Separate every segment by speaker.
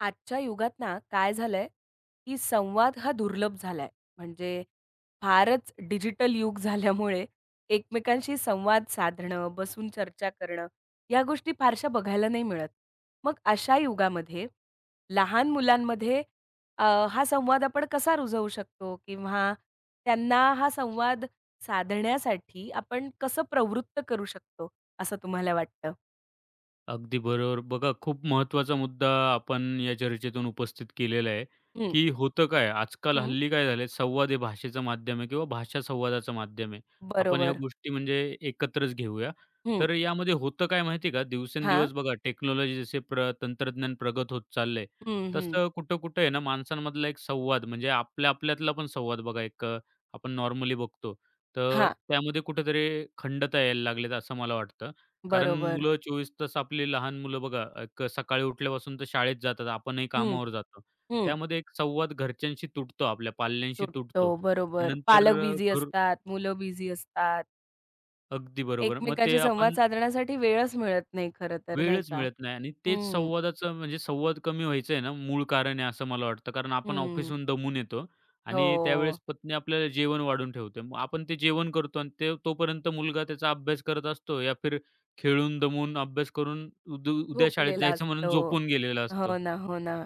Speaker 1: आजच्या युगात ना काय झालंय, की संवाद हा दुर्लभ झालाय. म्हणजे फारच डिजिटल युग झाल्यामुळे एकमेकांशी संवाद साधणं, बसून चर्चा करणं, या गोष्टी फारशा बघायला नाही मिळत. मग अशा युगामध्ये लहान मुलांमध्ये अ, हा संवाद आपण कसा रुजवू शकतो किंवा त्यांना हा संवाद साधण्यासाठी आपण कसं प्रवृत्त करू शकतो, असं तुम्हाला वाटतं?
Speaker 2: अगदी बरोबर. बघा, खूप महत्त्वाचा मुद्दा आपण या चर्चेतून उपस्थित केलेला आहे,
Speaker 1: हं,
Speaker 2: की होतं काय, आजकाल
Speaker 1: हं.
Speaker 2: हल्ली काय झालंय, संवाद हे भाषेचं माध्यम आहे किंवा भाषा संवादाचं माध्यम आहे. आपण ह्या
Speaker 1: बरोबर.
Speaker 2: गोष्टी म्हणजे एकत्रच घेऊया.
Speaker 1: हं.
Speaker 2: तर यामध्ये होतं काय माहिती का,
Speaker 1: हां.
Speaker 2: दिवसेंदिवस बघा टेक्नॉलॉजी जसे तंत्रज्ञान प्रगत होत चाललंय,
Speaker 1: हं, हं.
Speaker 2: तसं कुठं-कुठं आहे ना माणसांमधला एक संवाद म्हणजे आपल्या आपल्यातला पण संवाद बघा आपण नॉर्मली बघतो. तर
Speaker 1: हां,
Speaker 2: त्यामध्ये कुठेतरी खंडता यायला लागलेत असं मला वाटतं. कारण
Speaker 1: बरोबर.
Speaker 2: मुलं 24 तास, आपली लहान मुलं बघा, एक सकाळी उठल्यापासून तर शाळेत जातात, आपणही
Speaker 1: हं,
Speaker 2: कामावर जातो.
Speaker 1: हं.
Speaker 2: त्यामध्ये एक संवाद घरच्यांशी तुटतो, आपल्या पाल्यांशी
Speaker 1: तुटतो.
Speaker 2: तुटतो.
Speaker 1: बरोबर.
Speaker 2: नंतर
Speaker 1: पालक बिझी
Speaker 2: घर
Speaker 1: असतात, मुलं बिझी असतात.
Speaker 2: अगदी बरोबर. मग ते
Speaker 1: एकमेकांशी संवाद
Speaker 2: आपण
Speaker 1: साधण्यासाठी वेळच मिळत नाही खरं तर, नाही
Speaker 2: वेळच
Speaker 1: का?
Speaker 2: मिळत नाही आणि तेच
Speaker 1: हं,
Speaker 2: संवादाचं म्हणजे संवाद कमी व्हायचं आहे ना, मूळ कारण आहे असं मला वाटतं. कारण आपण
Speaker 1: हं.
Speaker 2: ऑफिसहून दमून येतो आणि
Speaker 1: हो.
Speaker 2: त्यावेळेस पत्नी आपल्याला जेवण वाढून ठेवते. मग आपण ते जेवण करतो आणि ते तोपर्यंत मुलगा त्याचा अभ्यास करत असतो या फिर खेळून, दमून, अभ्यास करून उद्या शाळेत
Speaker 1: झोपलेला
Speaker 2: जायचं म्हणून
Speaker 1: असतो.
Speaker 2: झोपून गेलेला असतो.
Speaker 1: हो ना, हो ना.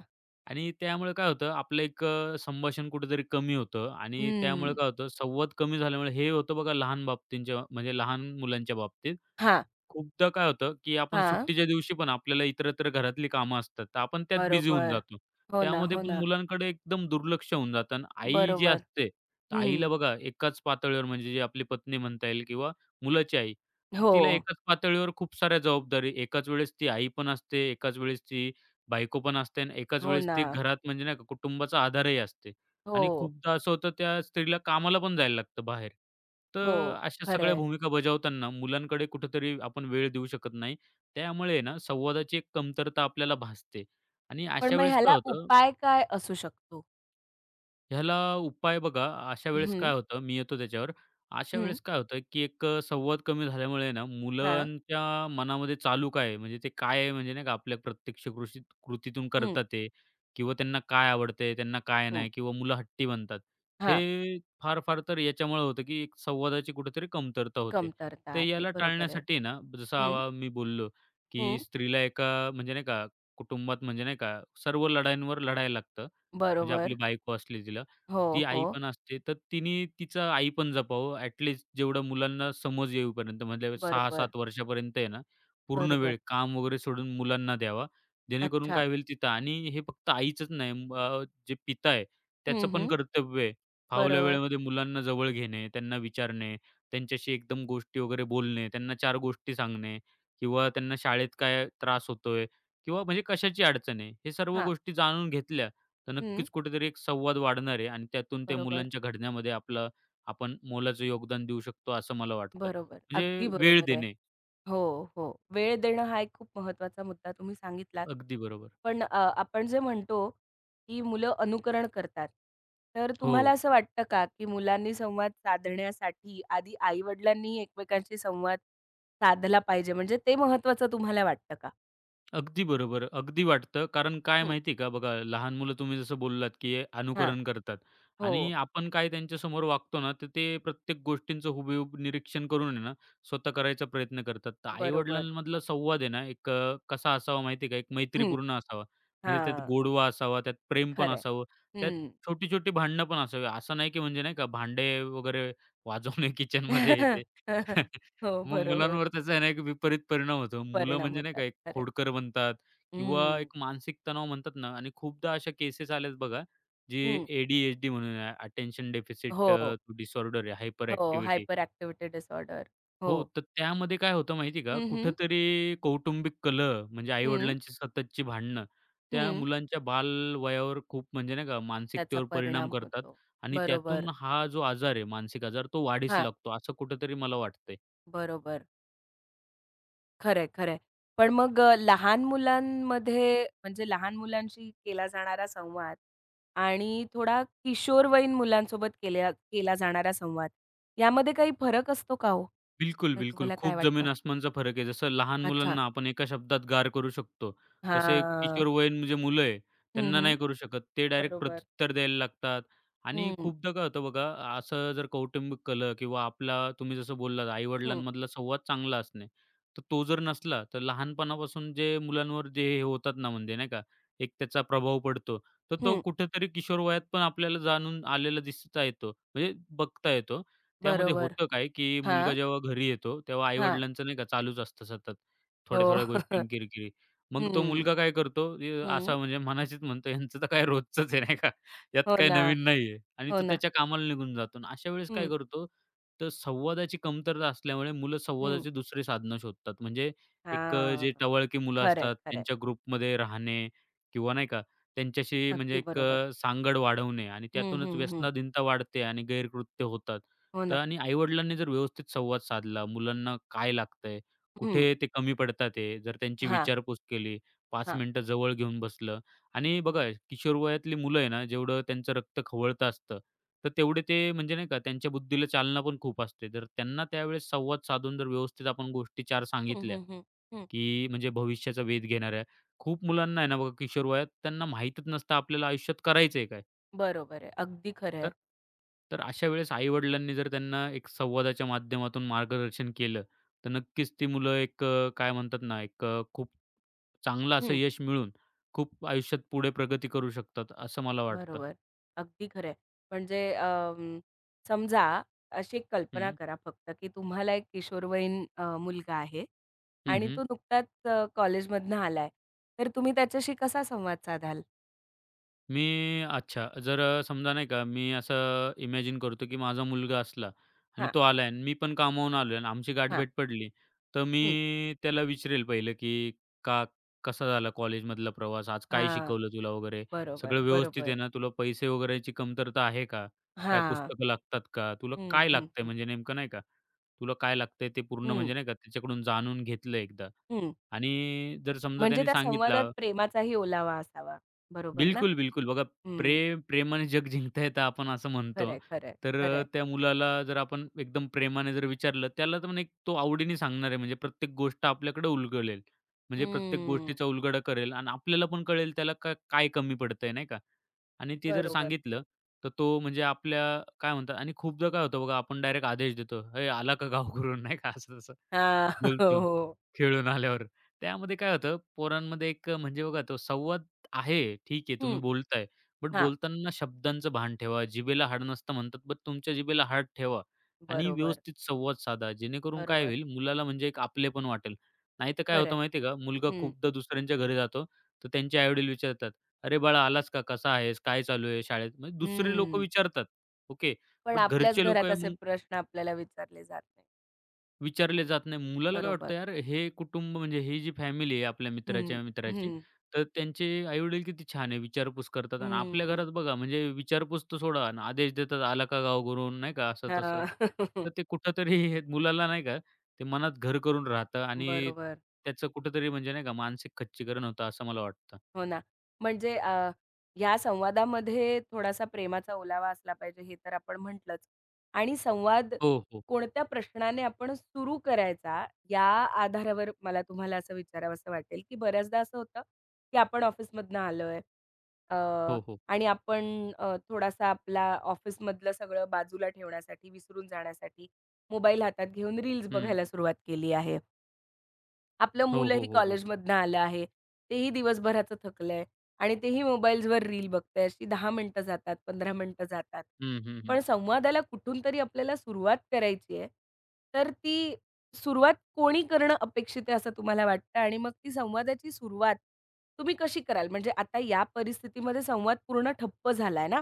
Speaker 2: आणि त्यामुळे काय होतं, आपलं संभाषण कुठेतरी कमी होतं आणि त्यामुळे
Speaker 1: हं.
Speaker 2: काय होतं, संवाद कमी झाल्यामुळे हे होतं बघा लहान बाबतींच्या म्हणजे लहान मुलांच्या बाबतीत.
Speaker 1: हां,
Speaker 2: खूपदा काय होतं, की आपण
Speaker 1: हां.
Speaker 2: सुट्टीच्या दिवशी पण आपल्याला इतरत्र घरातली कामं असतात, तर आपण त्यात बिझी होऊन
Speaker 1: बरोबर.
Speaker 2: जातो.
Speaker 1: हो ना,
Speaker 2: त्यामध्ये
Speaker 1: हो
Speaker 2: पण
Speaker 1: ना.
Speaker 2: मुलांकडे एकदम दुर्लक्ष होऊन जातं आणि आई जी
Speaker 1: बरोबर.
Speaker 2: असते, तर
Speaker 1: हं.
Speaker 2: आईला बघा एकाच पातळीवर म्हणजे जी आपली पत्नी म्हणता येईल किंवा मुलाची आई, तर तिला
Speaker 1: हो,
Speaker 2: एकाच पातळीवर खूप साऱ्या जबाबदारी एकाच वेळेस ती आई पण असते, एकाच वेळेस ती बायको पण असते आणि एकाच
Speaker 1: हो
Speaker 2: वेळेस
Speaker 1: ना.
Speaker 2: ती घरात म्हणजे नाही का कुटुंबाचा आधारही असते आणि
Speaker 1: हो,
Speaker 2: खूपदा असं होतं त्या स्त्रीला कामाला पण जायला लागतं बाहेर.
Speaker 1: हो.
Speaker 2: तर अशा
Speaker 1: खरं
Speaker 2: सगळ्या
Speaker 1: आहे.
Speaker 2: भूमिका बजावताना मुलांकडे कुठेतरी आपण वेळ देऊ शकत नाही. त्यामुळे आहे ना, संवादाची एक कमतरता आपल्याला भासते आणि
Speaker 1: पण
Speaker 2: अशा
Speaker 1: मग
Speaker 2: वेळेस काय
Speaker 1: ह्याला
Speaker 2: होतं,
Speaker 1: उपाय काय असू शकतो?
Speaker 2: ह्याला उपाय बघा, अशा वेळेस
Speaker 1: हं,
Speaker 2: काय होतं, मी येतो त्याच्यावर. अशा
Speaker 1: हं.
Speaker 2: वेळेस काय होतं, की संवाद कमी झाल्यामुळे ना,
Speaker 1: हां.
Speaker 2: मुलांच्या मनामध्ये चालू काय आहे, म्हणजे ते काय आहे, म्हणजे नाही का आपल्या प्रत्यक्ष कृतीतून
Speaker 1: हं,
Speaker 2: करतात ते किंवा त्यांना काय आवडते, त्यांना काय
Speaker 1: हं.
Speaker 2: नाही किंवा मुलं हट्टी बनतात.
Speaker 1: हां.
Speaker 2: हे फार-फार तर याच्यामुळे होतं, की एक संवादाची कुठेतरी कमतरता होते.
Speaker 1: कमतरता
Speaker 2: तर
Speaker 1: आहे.
Speaker 2: याला
Speaker 1: बरोबर आहे.
Speaker 2: टाळण्यासाठी ना, जसं
Speaker 1: हं,
Speaker 2: मी बोललो, की
Speaker 1: हं.
Speaker 2: स्त्रीला एका म्हणजे नाही का, कुटुंबात म्हणजे नाही का, सर्व लढाईंवर लढायला लागतं. म्हणजे आपली
Speaker 1: बरोबर.
Speaker 2: बायको असली तिला.
Speaker 1: हो,
Speaker 2: ती
Speaker 1: हो.
Speaker 2: आई पण असते, तर तिने तिचं आई पण जपावं ॲटलीस्ट जेवढं मुलांना समज येईपर्यंत म्हणजे
Speaker 1: बरोबर,
Speaker 2: 6-7 वर्षापर्यंत आहे ना, पूर्ण वेळ
Speaker 1: बरोबर.
Speaker 2: काम वगैरे सोडून मुलांना द्यावा. जेणेकरून
Speaker 1: अच्छा.
Speaker 2: काय होईल तिथं, आणि हे फक्त आईचंच नाही, जे पिता आहे
Speaker 1: हं,
Speaker 2: त्याचं पण
Speaker 1: हं.
Speaker 2: कर्तव्य आहे. फावल्या
Speaker 1: बरोबर.
Speaker 2: वेळेमध्ये मुलांना जवळ घेणे, त्यांना विचारणे, त्यांच्याशी एकदम गोष्टी वगैरे बोलणे, त्यांना 4 गोष्टी सांगणे किंवा त्यांना शाळेत काय त्रास होतोय किंवा म्हणजे कशाची अडचण आहे, हे सर्व
Speaker 1: हां.
Speaker 2: गोष्टी जाणून घेतल्या तर
Speaker 1: हं.
Speaker 2: नक्कीच कुठेतरी एक संवाद वाढणार आहे आणि त्यातून त्या
Speaker 1: बरोबर,
Speaker 2: मुलांच्या घडण्यामध्ये आपलं, आपण मोलाचं योगदान देऊ शकतो असं मला वाटतं.
Speaker 1: बरोबर.
Speaker 2: म्हणजे
Speaker 1: अगदी
Speaker 2: वेळ
Speaker 1: बरोबर आहे.
Speaker 2: देणे.
Speaker 1: हो, हो. वेळ देणं हा एक खूप महत्त्वाचा मुद्दा तुम्ही सांगितलात.
Speaker 2: अगदी बरोबर.
Speaker 1: पण आपण जे म्हणतो, की मुलं अनुकरण करतात. तर तुम्हाला
Speaker 2: हो.
Speaker 1: असं वाटतं का, की मुलांनी संवाद साधण्यासाठी आधी आई-वडिलांनी एकमेकांशी संवाद साधला पाहिजे? म्हणजे ते महत्त्वाचं तुम्हाला वाटतं का?
Speaker 2: अगदी बरोबर. अगदी वाटतं. कारण काय
Speaker 1: हं.
Speaker 2: माहिती का, बघा लहान मुलं तुम्ही जसं बोललात, की हे
Speaker 1: हां.
Speaker 2: अनुकरण करतात आणि
Speaker 1: हो,
Speaker 2: आपण काय त्यांच्यासमोर वागतो ना, तर ते प्रत्येक गोष्टींचं हुबेहूब निरीक्षण करून आहे ना, स्वतः करायचा प्रयत्न करतात. तर
Speaker 1: बरोबर.
Speaker 2: आई-वडिलांमधला संवाद आहे ना, कसा असावा माहिती का, एक
Speaker 1: हं,
Speaker 2: मैत्रीपूर्ण असावा. म्हणजे त्यात
Speaker 1: हां,
Speaker 2: गोडवा असावा, त्यात प्रेम पण
Speaker 1: खरं
Speaker 2: असावं, त्यात
Speaker 1: हं.
Speaker 2: छोटी-छोटी भांडणं पण असावी. असं नाही की म्हणजे नाही का, भांडे वगैरे वाजवणे किचनमध्ये हे
Speaker 1: हो,
Speaker 2: मग
Speaker 1: बरोबर.
Speaker 2: मुलांवर त्याचा आहे ना, एक विपरीत परिणाम होतो. मुलं
Speaker 1: परिणाम
Speaker 2: म्हणजे नाही
Speaker 1: होतात.
Speaker 2: का एक
Speaker 1: खरं आहे.
Speaker 2: खोडकर बनतात किंवा
Speaker 1: हं,
Speaker 2: एक मानसिक तणाव म्हणतात ना, आणि खूपदा अशा केसेस आल्यात बघा, जे
Speaker 1: हं.
Speaker 2: ए डी म्हणून अटेन्शन डेफिसिट
Speaker 1: हो,
Speaker 2: डिसऑर्डर आहे, हायपर
Speaker 1: हो.
Speaker 2: ॲक्टिव्हिटी.
Speaker 1: Hyper activity disorder.
Speaker 2: हो,
Speaker 1: हो.
Speaker 2: तर त्यामध्ये काय होतं माहिती आहे का?
Speaker 1: हं, हं.
Speaker 2: कुठेतरी कौटुंबिक कलह म्हणजे
Speaker 1: हं,
Speaker 2: आई-वडिलांची सततची भांडणं, त्या
Speaker 1: हं.
Speaker 2: मुलांच्या बालवयावर खूप म्हणजे नाही का
Speaker 1: त्याचा
Speaker 2: मानसिकतेवर परिणाम
Speaker 1: परिणाम
Speaker 2: करतात
Speaker 1: होतो.
Speaker 2: आणि
Speaker 1: बरोबर.
Speaker 2: त्यातून हा जो आजार आहे, मानसिक आजार, तो वाढीस
Speaker 1: हां,
Speaker 2: लागतो, असं कुठेतरी मला वाटतंय.
Speaker 1: बरोबर. खरंय, खरंय. पण मग लहान मुलांमध्ये म्हणजे लहान मुलांशी केला जाणारा संवाद आणि थोडा किशोरवयीन मुलांसोबत केला जाणारा संवाद, यामध्ये काही फरक असतो का हो?
Speaker 2: बिलकुल,
Speaker 1: तर
Speaker 2: बिलकुल.
Speaker 1: तुम्हाला काय
Speaker 2: खूप
Speaker 1: वाटतं?
Speaker 2: जमीन-आसमानचा फरक आहे. जसं लहान
Speaker 1: अच्छा.
Speaker 2: मुलांना आपण एका शब्दात गार करू शकतो, तसे
Speaker 1: हां.
Speaker 2: किशोरवयीन जे मुलं आहे,
Speaker 1: हं,
Speaker 2: त्यांना
Speaker 1: हं.
Speaker 2: नाही करू शकत. ते डायरेक्ट
Speaker 1: बरोबर.
Speaker 2: प्रत्युत्तर द्यायला लागतात आणि
Speaker 1: हं,
Speaker 2: खूपदा काय होतं बघा, असं जर कौटुंबिक कलह किंवा आपला तुम्ही जसं बोललात
Speaker 1: हं,
Speaker 2: आई-वडिलांमधला संवाद चांगला असणे, तर तो जर नसला, तर लहानपणापासून जे मुलांवर जे हे होतात ना म्हणजे नाही का, एक त्याचा प्रभाव पडतो. तर तो
Speaker 1: हं.
Speaker 2: कुठेतरी किशोर वयात पण आपल्याला जाणून आलेला दिसता येतो, म्हणजे बघता येतो. त्यामध्ये
Speaker 1: बरोबर.
Speaker 2: होतं काय, की मुलगा
Speaker 1: हां,
Speaker 2: जेव्हा घरी येतो, तेव्हा
Speaker 1: हां.
Speaker 2: आई-वडिलांचं नाही का चालूच असतं सतत,
Speaker 1: हो.
Speaker 2: थोड्या-थोड्या गोष्टीं किरकिरी. मग तो
Speaker 1: हं,
Speaker 2: मुलगा काय करतो,
Speaker 1: हं.
Speaker 2: असा म्हणजे मनाशीच म्हणतो, "यांचं तर काय रोजचंच आहे," नाही का, "यात
Speaker 1: हो
Speaker 2: काही
Speaker 1: ना,
Speaker 2: नवीन नाही आणि
Speaker 1: हो
Speaker 2: तो
Speaker 1: ना.
Speaker 2: त्याच्या कामाला निघून जातो आणि अशा वेळेस काय
Speaker 1: हं,
Speaker 2: करतो, तर संवादाची कमतरता असल्यामुळे मुलं
Speaker 1: हं.
Speaker 2: संवादाची दुसरी साधनं शोधतात. म्हणजे जे
Speaker 1: हां.
Speaker 2: टवळकी मुलं
Speaker 1: खरंय,
Speaker 2: असतात,
Speaker 1: खरंय.
Speaker 2: त्यांच्या ग्रुपमध्ये राहणे किंवा नाही का, त्यांच्याशी म्हणजे
Speaker 1: अगदी बरोबर.
Speaker 2: सांगड वाढवणे आणि
Speaker 1: हं,
Speaker 2: त्यातूनच
Speaker 1: हं, हं.
Speaker 2: व्यसनाधीनता वाढते आणि गैरकृत्य होतात.
Speaker 1: हो
Speaker 2: तर
Speaker 1: ना.
Speaker 2: आणि आई जर व्यवस्थित संवाद साधला, मुलांना काय लागतंय,
Speaker 1: हं.
Speaker 2: कुठे ते कमी पडतात आहे, जर त्यांची
Speaker 1: हां,
Speaker 2: विचारपूस केली, 5
Speaker 1: हां.
Speaker 2: मिनिटं जवळ घेऊन बसलं आणि बघा किशोरवयातली मुलं आहे ना, जेवढं त्यांचं रक्त खवळतं असतं, तर तेवढे ते म्हणजे नाही का त्यांच्या बुद्धीला चालना पण खूप असते. तर त्यांना त्यावेळेस संवाद साधून जर व्यवस्थित आपण गोष्टी 4
Speaker 1: हं,
Speaker 2: सांगितल्या,
Speaker 1: हं, हं. हं.
Speaker 2: की म्हणजे भविष्याचा वेध घेणाऱ्या. खूप मुलांना आहे ना बघा किशोरवयात त्यांना माहीतच नसतं आपल्याला आयुष्यात करायचंय काय?
Speaker 1: बरोबर आहे. अगदी खरं
Speaker 2: तर
Speaker 1: आहे.
Speaker 2: तर अशा वेळेस आई-वडिलांनी जर त्यांना एक संवादाच्या माध्यमातून मार्गदर्शन केलं, तर नक्कीच ती मुलं काय म्हणतात ना, खूप चांगलं असं
Speaker 1: हं.
Speaker 2: यश मिळवून खूप आयुष्यात पुढे प्रगती करू शकतात, असं मला वाटतं.
Speaker 1: बरोबर. अगदी खरं आहे. म्हणजे समजा अशी एक कल्पना
Speaker 2: हं.
Speaker 1: करा फक्त, की तुम्हाला एक किशोरवयीन मुलगा आहे
Speaker 2: हं,
Speaker 1: आणि
Speaker 2: हं.
Speaker 1: तो नुकताच कॉलेजमधनं आलाय. तर तुम्ही त्याच्याशी कसा संवाद साधाल?
Speaker 2: मी अच्छा, समजा नाही का, मी असं इमॅजिन करतो, की माझा मुलगा असला आणि
Speaker 1: हां,
Speaker 2: तो आलाय आणि मी पण कामावरून आलोय आणि आमची
Speaker 1: हां.
Speaker 2: गाठभेट पडली, तर मी
Speaker 1: हं.
Speaker 2: त्याला विचारेल पहिलं, की "का कसा झाला कॉलेजमधला प्रवास? आज काय
Speaker 1: हां.
Speaker 2: शिकवलं तुला वगैरे?
Speaker 1: बरोबर,
Speaker 2: सगळं व्यवस्थित आहे
Speaker 1: बरोबर.
Speaker 2: ना? तुला पैसे वगैरेची कमतरता आहे का? काय
Speaker 1: हां.
Speaker 2: पुस्तकं लागतात का? तुला
Speaker 1: हं,
Speaker 2: काय
Speaker 1: हं,
Speaker 2: लागतंय
Speaker 1: हं.
Speaker 2: म्हणजे नेमकं नाही का? तुला काय लागतंय ते पूर्ण
Speaker 1: हं,
Speaker 2: म्हणजे नाही का त्याच्याकडून जाणून घेतलं एकदा."
Speaker 1: हं.
Speaker 2: आणि जर समजा
Speaker 1: म्हणजे
Speaker 2: त्याने
Speaker 1: त्या
Speaker 2: सांगितला
Speaker 1: संवादात प्रेमाचाही ओलावा असावा. बरोबर ना?
Speaker 2: बिलकुल, बिलकुल. बघा,
Speaker 1: हं.
Speaker 2: प्रेमाने जग जिंकता येतं आपण असं
Speaker 1: खरं
Speaker 2: म्हणतो.
Speaker 1: आहे, खरं
Speaker 2: तर त्या मुलाला जर आपण एकदम प्रेमाने जर विचारलं, त्याला तर एक तो आवडीने सांगणार आहे. म्हणजे प्रत्येक गोष्ट आपल्याकडे उलगडेल. म्हणजे प्रत्येक
Speaker 1: हम्म,
Speaker 2: गोष्टीचा उलगडा करेल आणि आपल्याला पण कळेल त्याला का काय कमी पडतंय नाही का? आणि ते जर
Speaker 1: बरोबर.
Speaker 2: सांगितलं, तर तो म्हणजे आपल्या काय म्हणतात, आणि खूपदा काय होतं बघा, आपण डायरेक्ट आदेश देतो, "हे आला का गावकरून?" नाही का, असं-तसं
Speaker 1: हां, हो,
Speaker 2: बोलतो
Speaker 1: हो.
Speaker 2: खेळून आल्यावर. त्यामध्ये काय होतं, पोरांमध्ये म्हणजे बघा तो संवाद आहे, ठीक आहे तुम्ही
Speaker 1: हं,
Speaker 2: बोलताय, बट
Speaker 1: हां,
Speaker 2: बोलताना शब्दांचं भान ठेवा. जिभेला हाड नसतं म्हणतात, बट तुमच्या जिभेला हाड ठेवा आणि
Speaker 1: बरोबर,
Speaker 2: व्यवस्थित संवाद साधा. जेणेकरून काय
Speaker 1: बरोबर.
Speaker 2: होईल, मुलाला म्हणजे एक आपलेपण वाटेल. नाहीतर काय
Speaker 1: खरं
Speaker 2: होतं
Speaker 1: आहे.
Speaker 2: माहिती का, मुलगा
Speaker 1: हं,
Speaker 2: खूपदा दुसऱ्यांच्या घरी जातो, तर त्यांचे आई विचारतात, "अरे बाळा आलास का? कसा आहेस? काय चालू आहे शाळेत?" म्हणजे दुसरे लोकं विचारतात. ओके.
Speaker 1: पण
Speaker 2: बट
Speaker 1: आपल्याच
Speaker 2: घरचे लोकं
Speaker 1: घरात
Speaker 2: आहे
Speaker 1: असे
Speaker 2: मग
Speaker 1: प्रश्न आपल्याला विचारले जात नाही.
Speaker 2: विचारले जात नाही. मुलाला काय
Speaker 1: बरोबर.
Speaker 2: वाटतं यार हे कुटुंब म्हणजे ही जी फॅमिली आहे आपल्या
Speaker 1: हं,
Speaker 2: मित्राच्या मित्राची,
Speaker 1: हं,
Speaker 2: तर त्यांचे आई-वडील किती छान आहे, विचारपूस करतात आणि आपल्या
Speaker 1: हं.
Speaker 2: घरात बघा म्हणजे विचारपूस तर सोडा आणि आदेश देतात, "आला का गावावरून?" नाही का
Speaker 1: हां,
Speaker 2: असं-तसं. तर ते कुठेतरी मुलाला नाही का ते मनात घर करून राहतं आणि
Speaker 1: बरोबर.
Speaker 2: त्याचं कुठेतरी म्हणजे नाही का मानसिक खच्चीकरण होतं असं मला वाटतं.
Speaker 1: हो ना. म्हणजे या संवादामध्ये थोडासा प्रेमाचा ओलावा असला पाहिजे हे तर आपण म्हटलंच. आणि संवाद
Speaker 2: हो, हो.
Speaker 1: कोणत्या प्रश्नाने आपण सुरू करायचा या आधारावर मला तुम्हाला असं विचारावसं वाटेल, की बऱ्याचदा असं होतं, की आपण ऑफिसमधनं आलोय अ,
Speaker 2: हो, हो.
Speaker 1: आणि आपण थोडासा आपला ऑफिसमधलं सगळं बाजूला ठेवण्यासाठी, विसरून जाण्यासाठी मोबाईल हातात घेऊन रील्स
Speaker 2: हं.
Speaker 1: बघायला सुरुवात केली आहे. आपलं
Speaker 2: हो, हो,
Speaker 1: मुलंही
Speaker 2: हो, हो.
Speaker 1: कॉलेजमधनं आलं आहे. तेही दिवसभराचं थकलंय आणि तेही मोबाईल्सवर रील बघतंय. अशी 10 मिनिटं जातात, 15 मिनिटं जातात.
Speaker 2: हं, हं, हं.
Speaker 1: पण संवादाला कुठून तरी आपल्याला सुरुवात करायची आहे. तर ती सुरुवात कोणी करणं अपेक्षित आहे असं तुम्हाला वाटतं? आणि मग ती संवादाची सुरुवात तुम्ही कशी कराल? म्हणजे आता या परिस्थितीमध्ये संवाद पूर्ण ठप्प झालाय ना.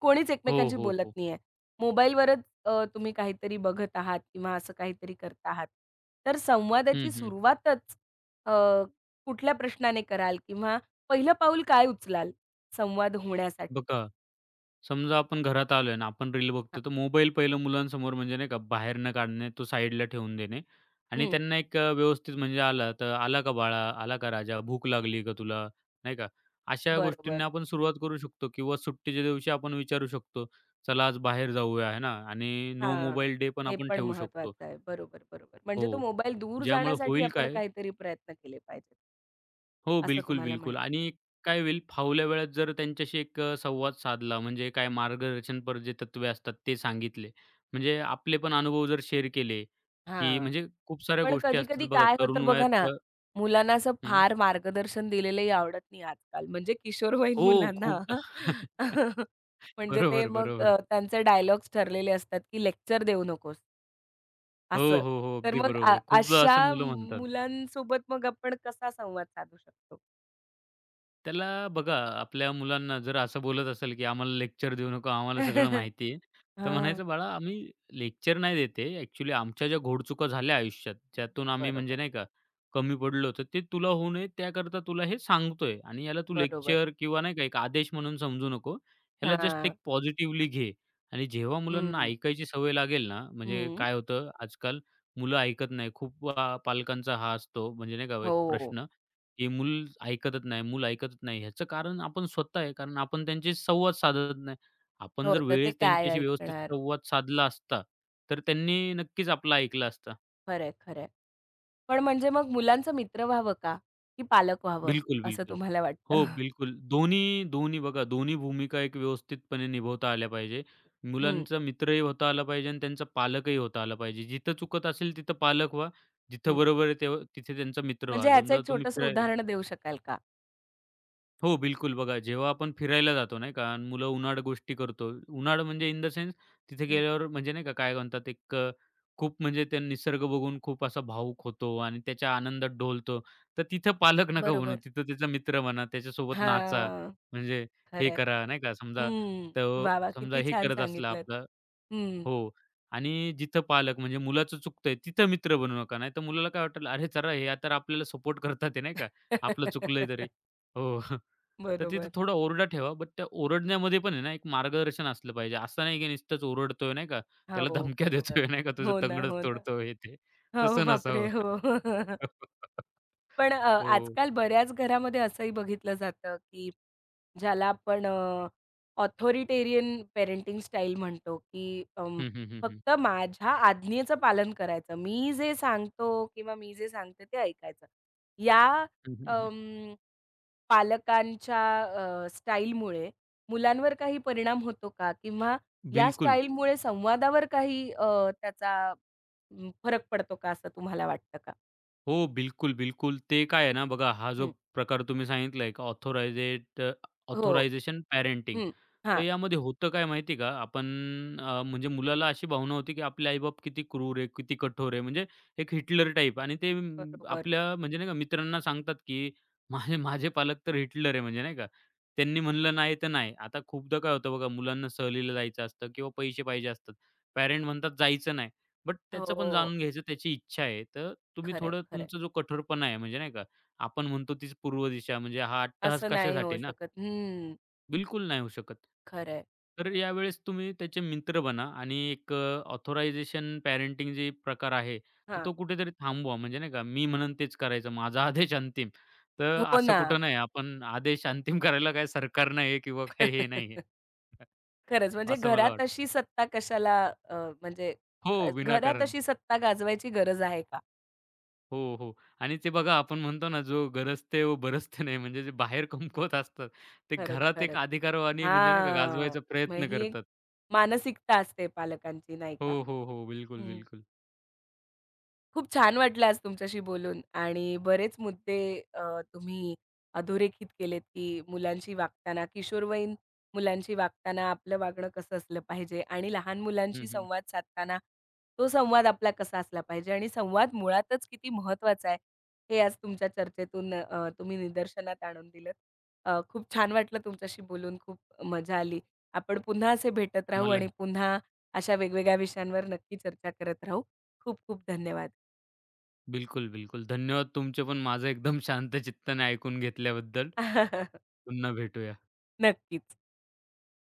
Speaker 1: कोणीच
Speaker 2: हो,
Speaker 1: एकमेकांशी
Speaker 2: हो,
Speaker 1: बोलत
Speaker 2: हो.
Speaker 1: नाहीये. मोबाईलवरच तुम्ही काहीतरी बघत आहात किंवा असं काहीतरी करत आहात. तर
Speaker 2: हं,
Speaker 1: संवादाची
Speaker 2: हं.
Speaker 1: सुरुवातच अ, कुठल्या प्रश्नाने कराल किंवा पहिलं पाऊल काय उचलाल संवाद होण्यासाठी?
Speaker 2: बघा, समजा आपण घरात आलोय आणि आपण रील बघतो,
Speaker 1: हां.
Speaker 2: तर मोबाईल पहिलं मुलांसमोर म्हणजे नाही का बाहेर न काढणे, तो साईडला ठेवून देणे आणि
Speaker 1: हं.
Speaker 2: त्यांना व्यवस्थित म्हणजे आला तर "आला का बाळा? आला का राजा? भूक लागली का तुला?" नाही का? अशा
Speaker 1: बरोबर.
Speaker 2: गोष्टींना आपण सुरुवात करू शकतो किंवा सुट्टीच्या दिवशी आपण विचारू शकतो, "चला आज बाहेर जाऊया." आहे ना? आणि नो
Speaker 1: हां.
Speaker 2: मोबाईल डे पण
Speaker 1: हे
Speaker 2: आपण
Speaker 1: पण
Speaker 2: ठेवू शकतो.
Speaker 1: महत्वाचं आहे. बरोबर, बरोबर. म्हणजे तो
Speaker 2: हो.
Speaker 1: मोबाईल दूर
Speaker 2: ज्यामुळे
Speaker 1: जाण्यासाठी
Speaker 2: होईल
Speaker 1: आपण
Speaker 2: काय
Speaker 1: काहीतरी प्रयत्न केले पाहिजेत,
Speaker 2: हो,
Speaker 1: असं
Speaker 2: बिलकुल,
Speaker 1: तुम्हाला
Speaker 2: बिलकुल.
Speaker 1: म्हणायचंय.
Speaker 2: आणि काय होईल फावल्या वेळात जर त्यांच्याशी संवाद साधला म्हणजे काय मार्गदर्शनपर जे तत्त्वे असतात ते सांगितले. म्हणजे आपले पण अनुभव जर शेअर केले, की
Speaker 1: हां.
Speaker 2: म्हणजे खूप साऱ्या
Speaker 1: पण
Speaker 2: गोष्टी
Speaker 1: कधी-कधी
Speaker 2: असतात बघा
Speaker 1: काय
Speaker 2: तरुण
Speaker 1: होतं बघा ना,
Speaker 2: वयात
Speaker 1: मुलांना असं
Speaker 2: हं.
Speaker 1: फार मार्गदर्शन दिलेलंही आवडत नाही आजकाल, म्हणजे किशोरवयीन
Speaker 2: हो,
Speaker 1: मुलांना.
Speaker 2: खूपदा.
Speaker 1: म्हणजे ते
Speaker 2: बरोबर,
Speaker 1: मग
Speaker 2: बरोबर.
Speaker 1: त्यांचे डायलॉग्स ठरलेले असतात, की लेक्चर देऊ नकोस,
Speaker 2: हो,
Speaker 1: असं.
Speaker 2: हो, हो.
Speaker 1: तर
Speaker 2: अगदी
Speaker 1: मग
Speaker 2: बरोबर. खूपदा
Speaker 1: अशा
Speaker 2: असं मुलं म्हणतात.
Speaker 1: मुलांसोबत मग आपण कसा संवाद साधू शकतो?
Speaker 2: त्याला बघा, आपल्या मुलांना जर असं बोलत असेल, की आम्हाला लेक्चर देऊ नको, आम्हाला सगळं माहिती आहे. तर
Speaker 1: हां.
Speaker 2: म्हणायचं, "बाळा, आम्ही लेक्चर नाही देते आहे. ॲक्चुअली आमच्या ज्या घोडचुका झाल्या आयुष्यात, ज्यातून आम्ही म्हणजे
Speaker 1: बरोबर,
Speaker 2: नाही का कमी पडलो, तर ते तुला होऊ नये त्याकरता तुला हे सांगतोय आणि याला तू
Speaker 1: बरोबर.
Speaker 2: लेक्चर किंवा नाही का एक आदेश म्हणून समजू नको. ह्याला जस्ट
Speaker 1: हां.
Speaker 2: एक पॉझिटिव्हली घे." आणि जेव्हा मुलांना
Speaker 1: हं,
Speaker 2: ऐकायची सवय लागेल ना, म्हणजे
Speaker 1: हं.
Speaker 2: काय होतं आजकाल मुलं ऐकत नाही. खूप पालकांचा हा असतो म्हणजे नाही का एक
Speaker 1: हो.
Speaker 2: प्रश्न, हे मूल ऐकतच नाही, मूल ऐकतच नाही. ह्याचं कारण आपण स्वतः आहे. कारण आपण त्यांच्याशी संवाद साधत नाही. आपण
Speaker 1: हो,
Speaker 2: जर
Speaker 1: तर ते
Speaker 2: वेळेस
Speaker 1: काय
Speaker 2: त्यांच्याशी व्यवस्थित
Speaker 1: ऐकणार?
Speaker 2: संवाद साधला असता, तर त्यांनी नक्कीच आपलं ऐकलं असतं.
Speaker 1: खरंय, खरंय. पण म्हणजे मग मुलांचं मित्र व्हावं का? की पालक व्हावं,
Speaker 2: बिलकुल,
Speaker 1: असं
Speaker 2: बिलकुल.
Speaker 1: तुम्हाला वाटतं?
Speaker 2: हो, बिलकुल. दोन्ही दोन्ही बघा, दोन्ही भूमिका एक व्यवस्थितपणे निभवता आल्या पाहिजे.
Speaker 1: हं,
Speaker 2: मुलांचा मित्रही होता आला पाहिजे आणि त्यांचा पालकही होता आला पाहिजे. जिथं चुकत असेल तिथं पालक व्हा, जिथं
Speaker 1: हं.
Speaker 2: बरोबर आहे तेव्हा तिथे त्यांचा मित्र
Speaker 1: म्हणजे
Speaker 2: व्हा.
Speaker 1: ह्याचं
Speaker 2: समजा
Speaker 1: एक
Speaker 2: तुम्ही
Speaker 1: छोटंसं
Speaker 2: फिरायला
Speaker 1: उदाहरण देऊ शकाल का?
Speaker 2: हो, बिलकुल. बघा, जेव्हा आपण फिरायला जातो नाही का आणि मुलं उन्हाळ गोष्टी करतो. उन्हाळ म्हणजे इन द सेन्स तिथे
Speaker 1: हं.
Speaker 2: गेल्यावर म्हणजे नाही का काय म्हणतात खूप म्हणजे ते निसर्ग बघून खूप असा भावुक होतो आणि त्याच्या आनंदात डोलतो. तर तिथं पालक नका बनू.
Speaker 1: बरोबर.
Speaker 2: तिथं त्याचा मित्र म्हणा, त्याच्यासोबत नाचा.
Speaker 1: हां,
Speaker 2: म्हणजे
Speaker 1: खरं
Speaker 2: हे
Speaker 1: आहे.
Speaker 2: करा नाही का समजा
Speaker 1: हं.
Speaker 2: तो
Speaker 1: वाह, वाह!
Speaker 2: समजा
Speaker 1: किती
Speaker 2: हे
Speaker 1: छान
Speaker 2: करत असला
Speaker 1: सांगितलत.
Speaker 2: आपला
Speaker 1: हं.
Speaker 2: हो. आणि जिथं पालक म्हणजे मुलाचं चुकतंय तिथं मित्र बनू नका. नाहीतर मुलाला काय वाटेल, "अरे चला हे तर आपल्याला सपोर्ट करतात आहे," नाही का. आपलं चुकलंय तरी. हो. तर तिथं
Speaker 1: बरोबर.
Speaker 2: थोडा ओरडा ठेवा, बट त्या ओरडण्यामध्ये पण आहे ना, एक मार्गदर्शन असलं पाहिजे. असं नाही की नुसतंच ओरडतोय नाही का,
Speaker 1: हो,
Speaker 2: त्याला धमक्या
Speaker 1: बरोबर.
Speaker 2: देतोय नाही का, तुझं
Speaker 1: हो ना,
Speaker 2: तंगडच
Speaker 1: हो ना.
Speaker 2: तोडतोय हे ते.
Speaker 1: हो,
Speaker 2: तसं नसावं.
Speaker 1: बापरे! हो. पण
Speaker 2: हो.
Speaker 1: आजकाल बऱ्याच घरामध्ये असंही बघितलं जातं, की ज्याला आपण पेरेंटिंग स्टाईल म्हणतो, की
Speaker 2: हं, हं, हं, हं.
Speaker 1: फक्त माझ्या आज्ञेचं पालन करायचं. मी जे सांगतो किंवा मी जे सांगते ते ऐकायचं. या
Speaker 2: हं, हं, हं.
Speaker 1: अं, पालकांच्या स्टाईलमुळे मुलांवर काही परिणाम होतो का? किंवा या
Speaker 2: बिलकुल.
Speaker 1: स्टाईलमुळे संवादावर काही त्याचा फरक पडतो का असं तुम्हाला वाटतं का?
Speaker 2: हो, बिलकुल, बिलकुल. ते काय आहे ना बघा, हा जो
Speaker 1: हं.
Speaker 2: प्रकार तुम्ही सांगितलाय एक ऑथोरायझेट
Speaker 1: हो.
Speaker 2: Authorization parenting.
Speaker 1: हं.
Speaker 2: तर
Speaker 1: हां,
Speaker 2: यामध्ये होतं काय माहिती का, आपण म्हणजे मुलाला अशी भावना होती, की आपले आई किती क्रूर आहे, किती कठोर आहे. म्हणजे एक हिटलर टाइप आणि ते
Speaker 1: बरोबर.
Speaker 2: आपल्या म्हणजे नाही का मित्रांना सांगतात, की माझे माझे पालक तर हिटलर आहे म्हणजे नाही का. त्यांनी म्हणलं नाही तर नाही. आता खूपदा काय होतं बघा, मुलांना सहलीला जायचं असतं किंवा पैसे पाहिजे असतात. पॅरेंट म्हणतात, "जायचं नाही." बट त्याचं
Speaker 1: हो.
Speaker 2: पण जाणून घ्यायचं त्याची इच्छा आहे. तर तुम्ही
Speaker 1: खरंय,
Speaker 2: थोडं
Speaker 1: खरंय.
Speaker 2: तुमचा जो कठोरपणा आहे म्हणजे नाही का, आपण म्हणतो तीच पूर्व दिशा म्हणजे हा अट्टहास
Speaker 1: असं नाही होऊ
Speaker 2: कशासाठी ना?
Speaker 1: शकत. हं,
Speaker 2: बिलकुल नाही होऊ शकत.
Speaker 1: खरंय.
Speaker 2: तर यावेळेस तुम्ही त्याचे मित्र बना आणि पॅरेंटिंग जे प्रकार आहे, तर
Speaker 1: हां.
Speaker 2: तो कुठेतरी थांबवा. म्हणजे नाही का, मी म्हणेन तेच करायचं. माझा आदेश अंतिम. तर
Speaker 1: हो
Speaker 2: असं
Speaker 1: ना.
Speaker 2: कुठं नाही आपण आदेश अंतिम करायला काय सरकार नाही किंवा काही हे नाही
Speaker 1: खरंच म्हणजे
Speaker 2: असं मला
Speaker 1: घरात
Speaker 2: वाटतं.
Speaker 1: अशी सत्ता कशाला अ, म्हणजे
Speaker 2: हो,
Speaker 1: घरात
Speaker 2: विनाकारण.
Speaker 1: अशी सत्ता गाजवायची गरज आहे का?
Speaker 2: हो, हो. आणि ते बघा आपण म्हणतो ना, जो गरजते वो बरसते नाही. म्हणजे जे बाहेर कमकुवत असतात, ते
Speaker 1: खरंच,
Speaker 2: घरात एक
Speaker 1: खरंच.
Speaker 2: अधिकारवाणी म्हणजे नाही का
Speaker 1: हां.
Speaker 2: गाजवायचा
Speaker 1: मग
Speaker 2: प्रयत्न
Speaker 1: ही एक
Speaker 2: करतात.
Speaker 1: मानसिकता असते पालकांची नाही
Speaker 2: हो,
Speaker 1: का?
Speaker 2: हो, हो. बिलकुल,
Speaker 1: हं.
Speaker 2: बिलकुल.
Speaker 1: खूप छान वाटलं आज तुमच्याशी बोलून आणि बरेच मुद्दे अ, तुम्ही अधोरेखित केलेत, की मुलांशी वागताना, किशोरवयीन मुलांशी वागताना आपलं वागणं कसं असलं पाहिजे आणि लहान मुलांशी
Speaker 2: हं, हं.
Speaker 1: संवाद साधताना तो संवाद आपला कसा असला पाहिजे आणि संवाद मुळातच किती महत्त्वाचा आहे, हे आज तुमच्या चर्चेतून तुम्ही निदर्शनात आणून दिलंत. खूप छान वाटलं तुमच्याशी बोलून, खूप मजा आली. आपण पुन्हा असे भेटत राहू आणि
Speaker 2: मलाही.
Speaker 1: पुन्हा अशा वेगवेगळ्या विषयांवर नक्की चर्चा करत राहू. खूप खूप धन्यवाद.
Speaker 2: बिलकुल, बिलकुल. धन्यवाद तुमचे पण माझं एकदम शांत चित्ताने ऐकून घेतल्याबद्दल. पुन्हा भेटूया.
Speaker 1: नक्कीच.